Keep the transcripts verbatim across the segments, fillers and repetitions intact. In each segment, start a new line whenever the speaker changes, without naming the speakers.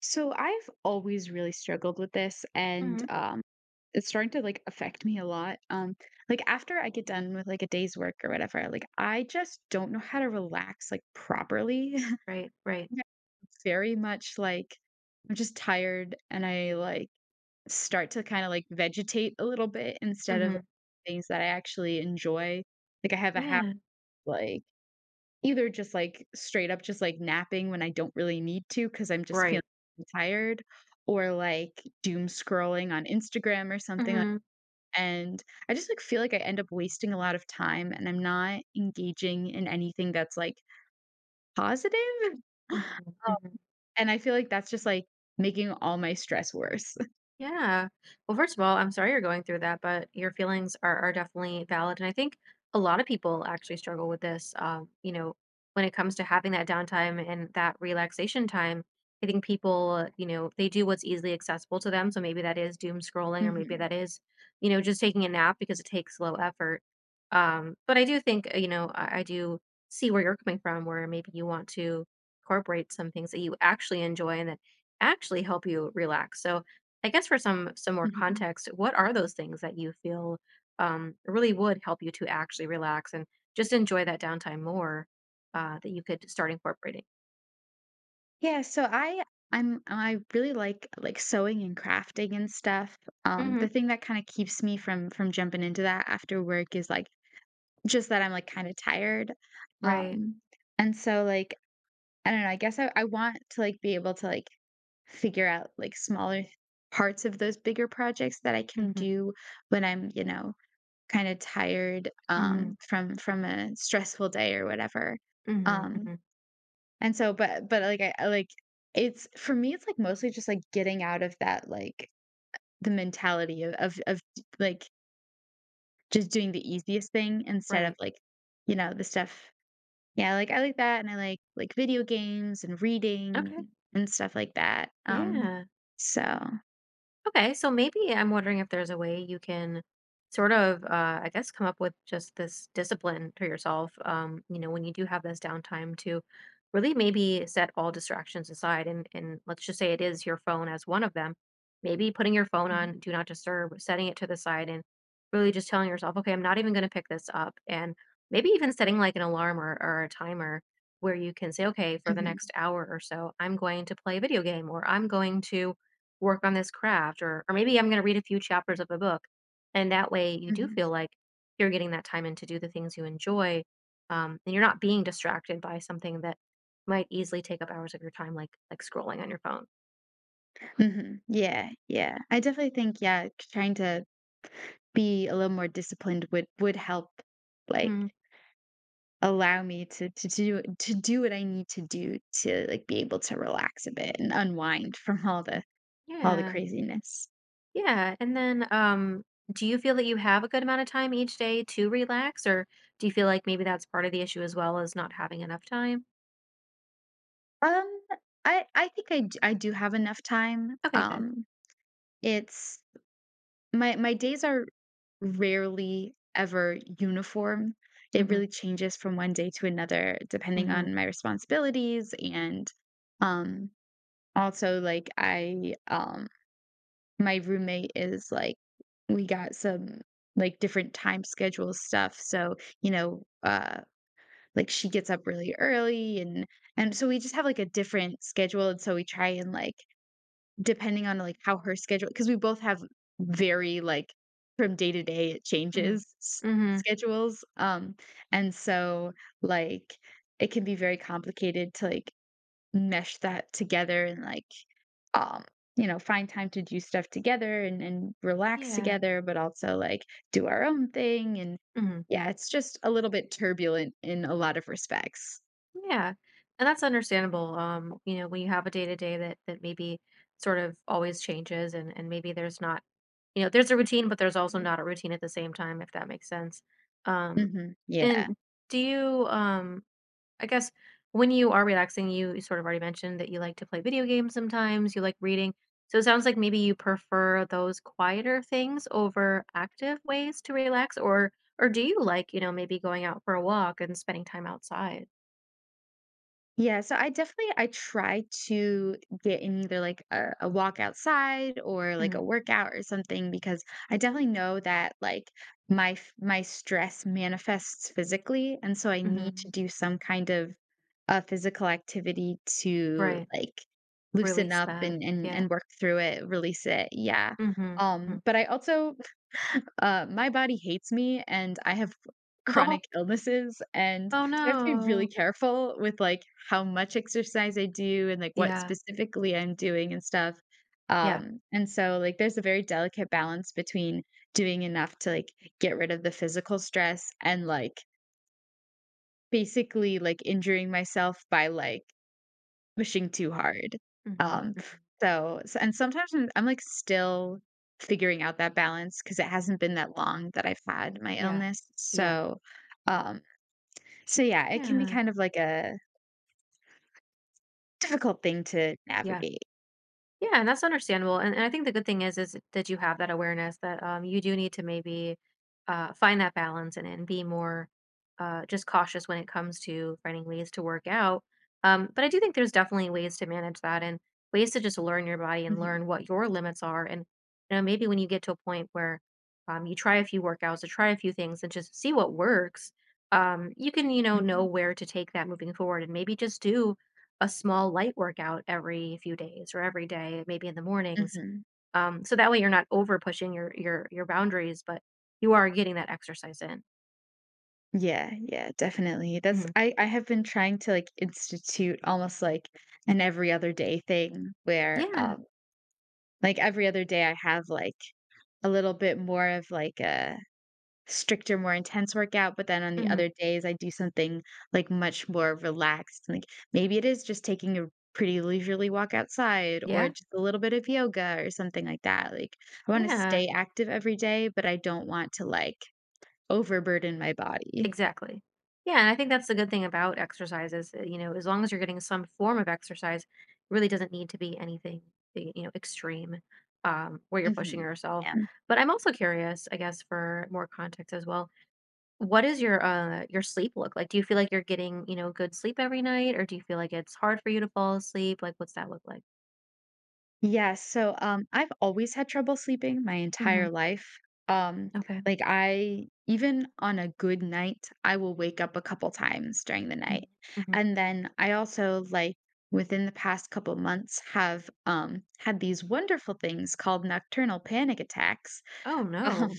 So I've always really struggled with this and
Mhm.
um it's starting to like affect me a lot. Um like after I get done with like a day's work or whatever, like I just don't know how to relax like properly.
Right, right.
Yeah. Very much like I'm just tired and I like start to kind of like vegetate a little bit instead of like,
Mhm.
things that I actually enjoy. Like I have a habit
Yeah.
of, like either just, like, straight up just, like, napping when I don't really need to because 'cause I'm just feeling
Right.
tired or, like, doom scrolling on Instagram or something, like
Mhm.
and I just, like, feel like I end up wasting a lot of time and I'm not engaging in anything that's, like, positive,
Mhm. Mhm.
and I feel like that's just, like, making all my stress worse.
Yeah. Well, first of all, I'm sorry you're going through that, but your feelings are, are definitely valid. And I think a lot of people actually struggle with this. Um, you know, when it comes to having that downtime and that relaxation time, I think people, you know, they do what's easily accessible to them. So maybe that is doom scrolling, or maybe that is, you know, just taking a nap because it takes low effort. Um, but I do think, uh, you know, I, I do see where you're coming from, where maybe you want to incorporate some things that you actually enjoy and that actually help you relax. So, I guess for some some more
Mhm.
context, what are those things that you feel um, really would help you to actually relax and just enjoy that downtime more uh, that you could start incorporating?
Yeah, so I I'm I really like like sewing and crafting and stuff. Um,
Hmm.
the thing that kind of keeps me from from jumping into that after work is like just that I'm like kind of tired.
Right.
Um, and so like I don't know, I guess I, I want to like be able to like figure out like smaller parts of those bigger projects that I can
Hmm.
do when I'm, you know, kind of tired
Hmm.
um from from a stressful day or whatever.
Hmm.
Um,
Hmm.
and so but but, like, I I like it's for me, it's, like, mostly just, like, getting out of that, like, the mentality of of of, like, just doing the easiest thing instead of,
Right.
like, you know, the stuff yeah, like, I like that, and I like like video games and reading
Okay.
and and stuff like that, um,
Yeah.
so
Okay, so maybe I'm wondering if there's a way you can sort of, uh, I guess, come up with just this discipline for yourself. Um, you know, when you do have this downtime to really maybe set all distractions aside, and and let's just say it is your phone as one of them. Maybe putting your phone
mhm,
on do not disturb, setting it to the side, and really just telling yourself, okay, I'm not even going to pick this up, and maybe even setting like an alarm or, or a timer where you can say, okay, for the
mhm,
next hour or so, I'm going to play a video game, or I'm going to work on this craft or or maybe I'm gonna read a few chapters of a book. And that way you do
mhm,
feel like you're getting that time in to do the things you enjoy. Um, and you're not being distracted by something that might easily take up hours of your time, like like scrolling on your phone.
mhm, yeah, yeah. I definitely think, yeah, trying to be a little more disciplined would would help, like
Hmm.
allow me to to do to do what I need to do to, like, be able to relax a bit and unwind from all the all the
Yeah.
craziness.
Yeah. And then um do you feel that you have a good amount of time each day to relax, or do you feel like maybe that's part of the issue as well as not having enough time?
Um, I I think I d I do have enough time,
Okay, good.
um, it's my my days are rarely ever uniform. It
Mhm.
really changes from one day to another depending on
Mhm.
my responsibilities and, um, also, like, I, um my roommate is like we got some like different time schedule stuff so you know uh like she gets up really early and and so we just have like a different schedule and so we try and like depending on like how her schedule because we both have very like from day to day it
Mhm.
changes s-
Mhm.
schedules um and so like it can be very complicated to like mesh that together and like um, you know, find time to do stuff together and, and relax
Yeah.
together, but also like do our own thing. And
Mhm.
yeah, it's just a little bit turbulent in a lot of respects.
Yeah. And that's understandable. Um, you know, when you have a day to day that that maybe sort of always changes, and and maybe there's not, you know, there's a routine, but there's also not a routine at the same time, if that makes sense. Um,
Hmm.
and
Yeah.
do you um I guess when you are relaxing, you, you sort of already mentioned that you like to play video games sometimes, you like reading. So it sounds like maybe you prefer those quieter things over active ways to relax, or or do you like, you know, maybe going out for a walk and spending time outside?
Yeah, so I definitely I try to get in either like a, a walk outside or like a
Mm-hmm.
workout or something because I definitely know that like my f- my stress manifests physically and so I need to
Mhm.
do some kind of a physical activity to
Right.
like loosen
Release
up
that.
and and
Yeah.
and work through it, release it. Yeah.
Mhm.
Um
Mhm.
but I also uh, my body hates me and I have
Oh,
chronic illnesses, and
oh
so I have to be really
no.
careful with, like, how much exercise I do and, like, what
Yeah.
specifically I'm doing and stuff.
Yeah.
Um, and so, like, there's a very delicate balance between doing enough to, like, get rid of the physical stress and, like, basically, like, injuring myself by, like, pushing too hard.
Mhm.
Um,
Mhm.
so so and sometimes I'm I'm, like, still figuring out that balance because it hasn't been that long that I've had my
Yeah.
illness.
Yeah.
So, um so, yeah, it can be
Yeah.
kind of like a difficult thing to
Yeah.
navigate.
Yeah, and that's understandable. And, and I think the good thing is is that you have that awareness that um, you do need to maybe uh, find that balance and, and be more uh, just cautious when it comes to finding ways to work out. Um, but I do think there's definitely ways to manage that and ways to just learn your body and
Mhm,
learn what your limits are. And you know, maybe when you get to a point where um, you try a few workouts or try a few things and just see what works, um, you can you know know
mhm,
where to take that moving forward and maybe just do a small light workout every few days or every day, maybe in the mornings.
mhm.
Um, so that way you're not over pushing your your your boundaries, but you are getting that exercise in.
Yeah, yeah, definitely. That's
Hmm.
I I have been trying to, like, institute almost like an every other day thing where,
Yeah.
um, like, every other day I have, like, a little bit more of, like, a stricter, more intense workout, but then on the other
Hmm.
days, I do something, like, much more relaxed, like, maybe it is just taking a pretty leisurely walk outside or
Yeah.
just a little bit of yoga or something like that, like, I wanna
Yeah.
stay active every day, but I don't want to, like, overburden my body.
Exactly. Yeah, and I think that's the good thing about exercise is, uh, you know, as long as you're getting some form of exercise, it really doesn't need to be anything, y- you know, extreme, um, where you're pushing
Mhm.
yourself.
Yeah.
But I'm also curious, I guess, for more context as well. What does your, uh, your sleep look like? Do you feel like you're getting, you know, good sleep every night, or do you feel like it's hard for you to fall asleep? Like, what's that look like?
Yes, so, um, I've always had trouble sleeping my
Mhm.
entire life. Um,
Okay.
like, I even on a good night, I will wake up a couple times during the
Mm.
night,
Mhm.
and then I also, like, within the past couple months have, um, had these wonderful things called nocturnal panic attacks,
Oh,
um,
no.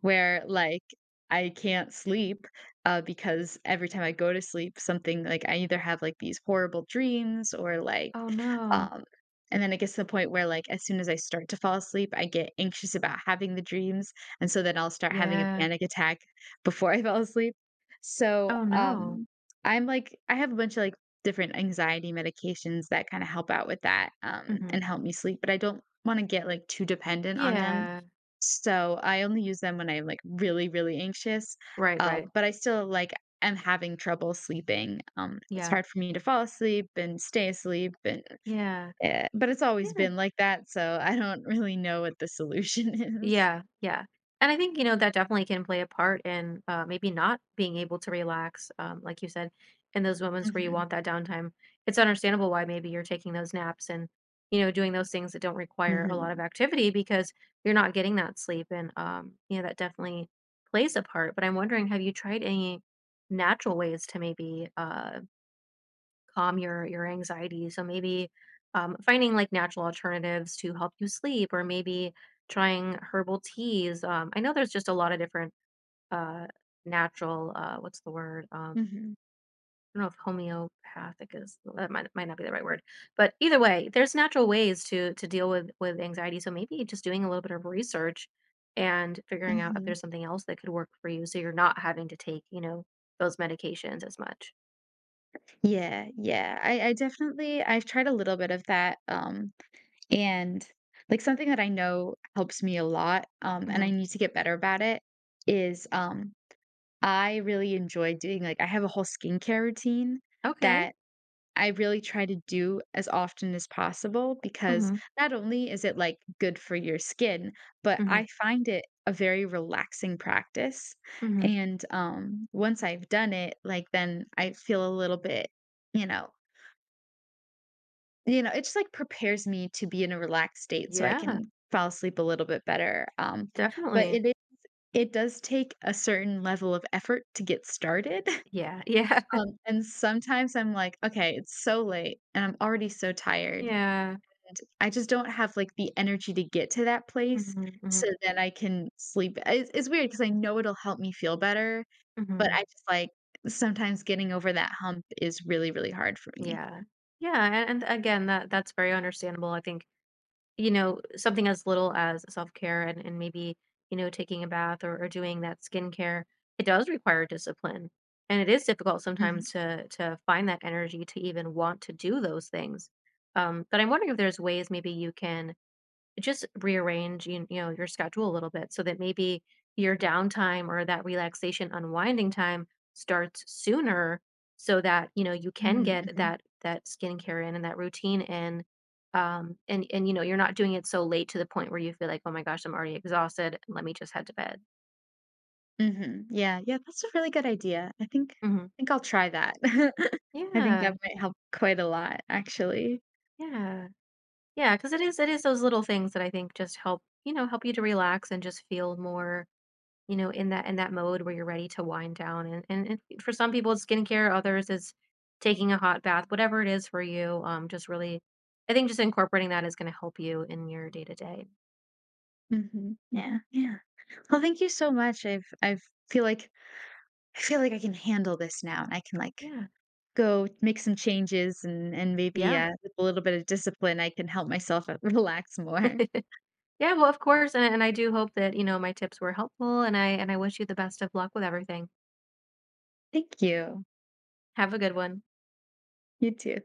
where, like, I can't sleep, uh, because every time I go to sleep, something like, I either have, like, these horrible dreams or, like,
Oh, no.
um, and then it gets to the point where, like, as soon as I start to fall asleep, I get anxious about having the dreams, and so then I'll start having a
Yeah.
panic attack before I fall asleep. So,
Oh, no.
um, I'm like I have a bunch of, like, different anxiety medications that kinda help out with that, um,
Mhm.
and help me sleep, but I don't wanna get, like, too dependent on them.
Yeah.
So, I only use them when I'm, like, really, really anxious,
Right,
uh,
right.
but I still, like, am having trouble sleeping. Um, it's
Yeah.
hard for me to fall asleep and stay asleep and
Yeah.
eh, but it's always
Yeah.
been like that, so I don't really know what the solution is.
Yeah, yeah. And I think, you know, that definitely can play a part in uh, maybe not being able to relax, um, like you said, in those moments where you
Mhm,
want that downtime. It's understandable why maybe you're taking those naps and, you know, doing those things that don't require a lot of
mhm,
activity because you're not getting that sleep. And, um, you know, that definitely plays a part. But I'm wondering, have you tried any natural ways to maybe uh, calm your your anxiety. So maybe um, finding like natural alternatives to help you sleep, or maybe trying herbal teas. Um, I know there's just a lot of different uh, natural. Uh, what's the word? Um,
mhm,
I don't know if homeopathic is well, that might, might not be the right word, but either way, there's natural ways to to deal with with anxiety. So maybe just doing a little bit of research and figuring out if
mhm.
there's something else that could work for you, so you're not having to take you know those medications as much.
Yeah, yeah, I I definitely I've tried a little bit of that, um, and, like, something that I know helps me a lot, um, and I
Hmm.
need to get better about it is, um, I really enjoy doing like, I have a whole skincare routine
Okay.
that I really try to do as often as possible because
Hmm.
not only is it, like, good for your skin, but
Hmm.
I find it a very relaxing practice,
Hmm.
and, um, once I've done it, like, then I feel a little bit, you know you know, it just, like, prepares me to be in a relaxed state so I
Yeah,
can fall asleep a little bit better, um, but
definitely.
it is it does take a certain level of effort to get started,
Yeah, yeah,
um, and sometimes I'm like, "Okay, it's so late, and I'm already so tired."
yeah.
I just don't have, like, the energy to get to that place
Mhm, mhm,
so then I can sleep. It's it's weird because I know it'll help me feel better, but
mhm.
I just, like sometimes getting over that hump is really, really hard for me.
Yeah, yeah, and, and again, that that's very understandable. I think you know something as little as self care and and maybe you know taking a bath or, or doing that skincare, it does require discipline, and it is difficult
Mhm.
sometimes to to find that energy to even want to do those things. Um, but I'm wondering if there's ways maybe you can just rearrange, you you know, your schedule a little bit so that maybe your downtime or that relaxation unwinding time starts sooner so that, you know, you can
Mm,
get
mhm,
that that skincare in and that routine in. Um, and and you know, you're not doing it so late to the point where you feel like, oh my gosh, I'm already exhausted. Let me just head to bed.
mhm. Yeah, yeah, that's a really good idea. I think
Hmm.
I think I'll try that. I think that
Yeah.
might help quite a lot, actually.
Yeah. Yeah. Cause it is it is those little things that I think just help, you know, help you to relax and just feel more. You know, in that in that mode where you're ready to wind down, and and and for some people it's skincare, others it's taking a hot bath, whatever it is for you, um, just really I think just incorporating that is gonna help you in your day to day.
Mhm. Yeah, yeah. Well, thank you so much. I've I've feel like I feel like I can handle this now, and I can, like,
Yeah.
go make some changes and and maybe,
Yeah.
uh, with a little bit of discipline, I can help myself, uh, relax more.
Yeah, well, of course, and and I do hope that, you know, my tips were helpful, and I and I wish you the best of luck with everything.
Thank you.
Have a good one.
You too.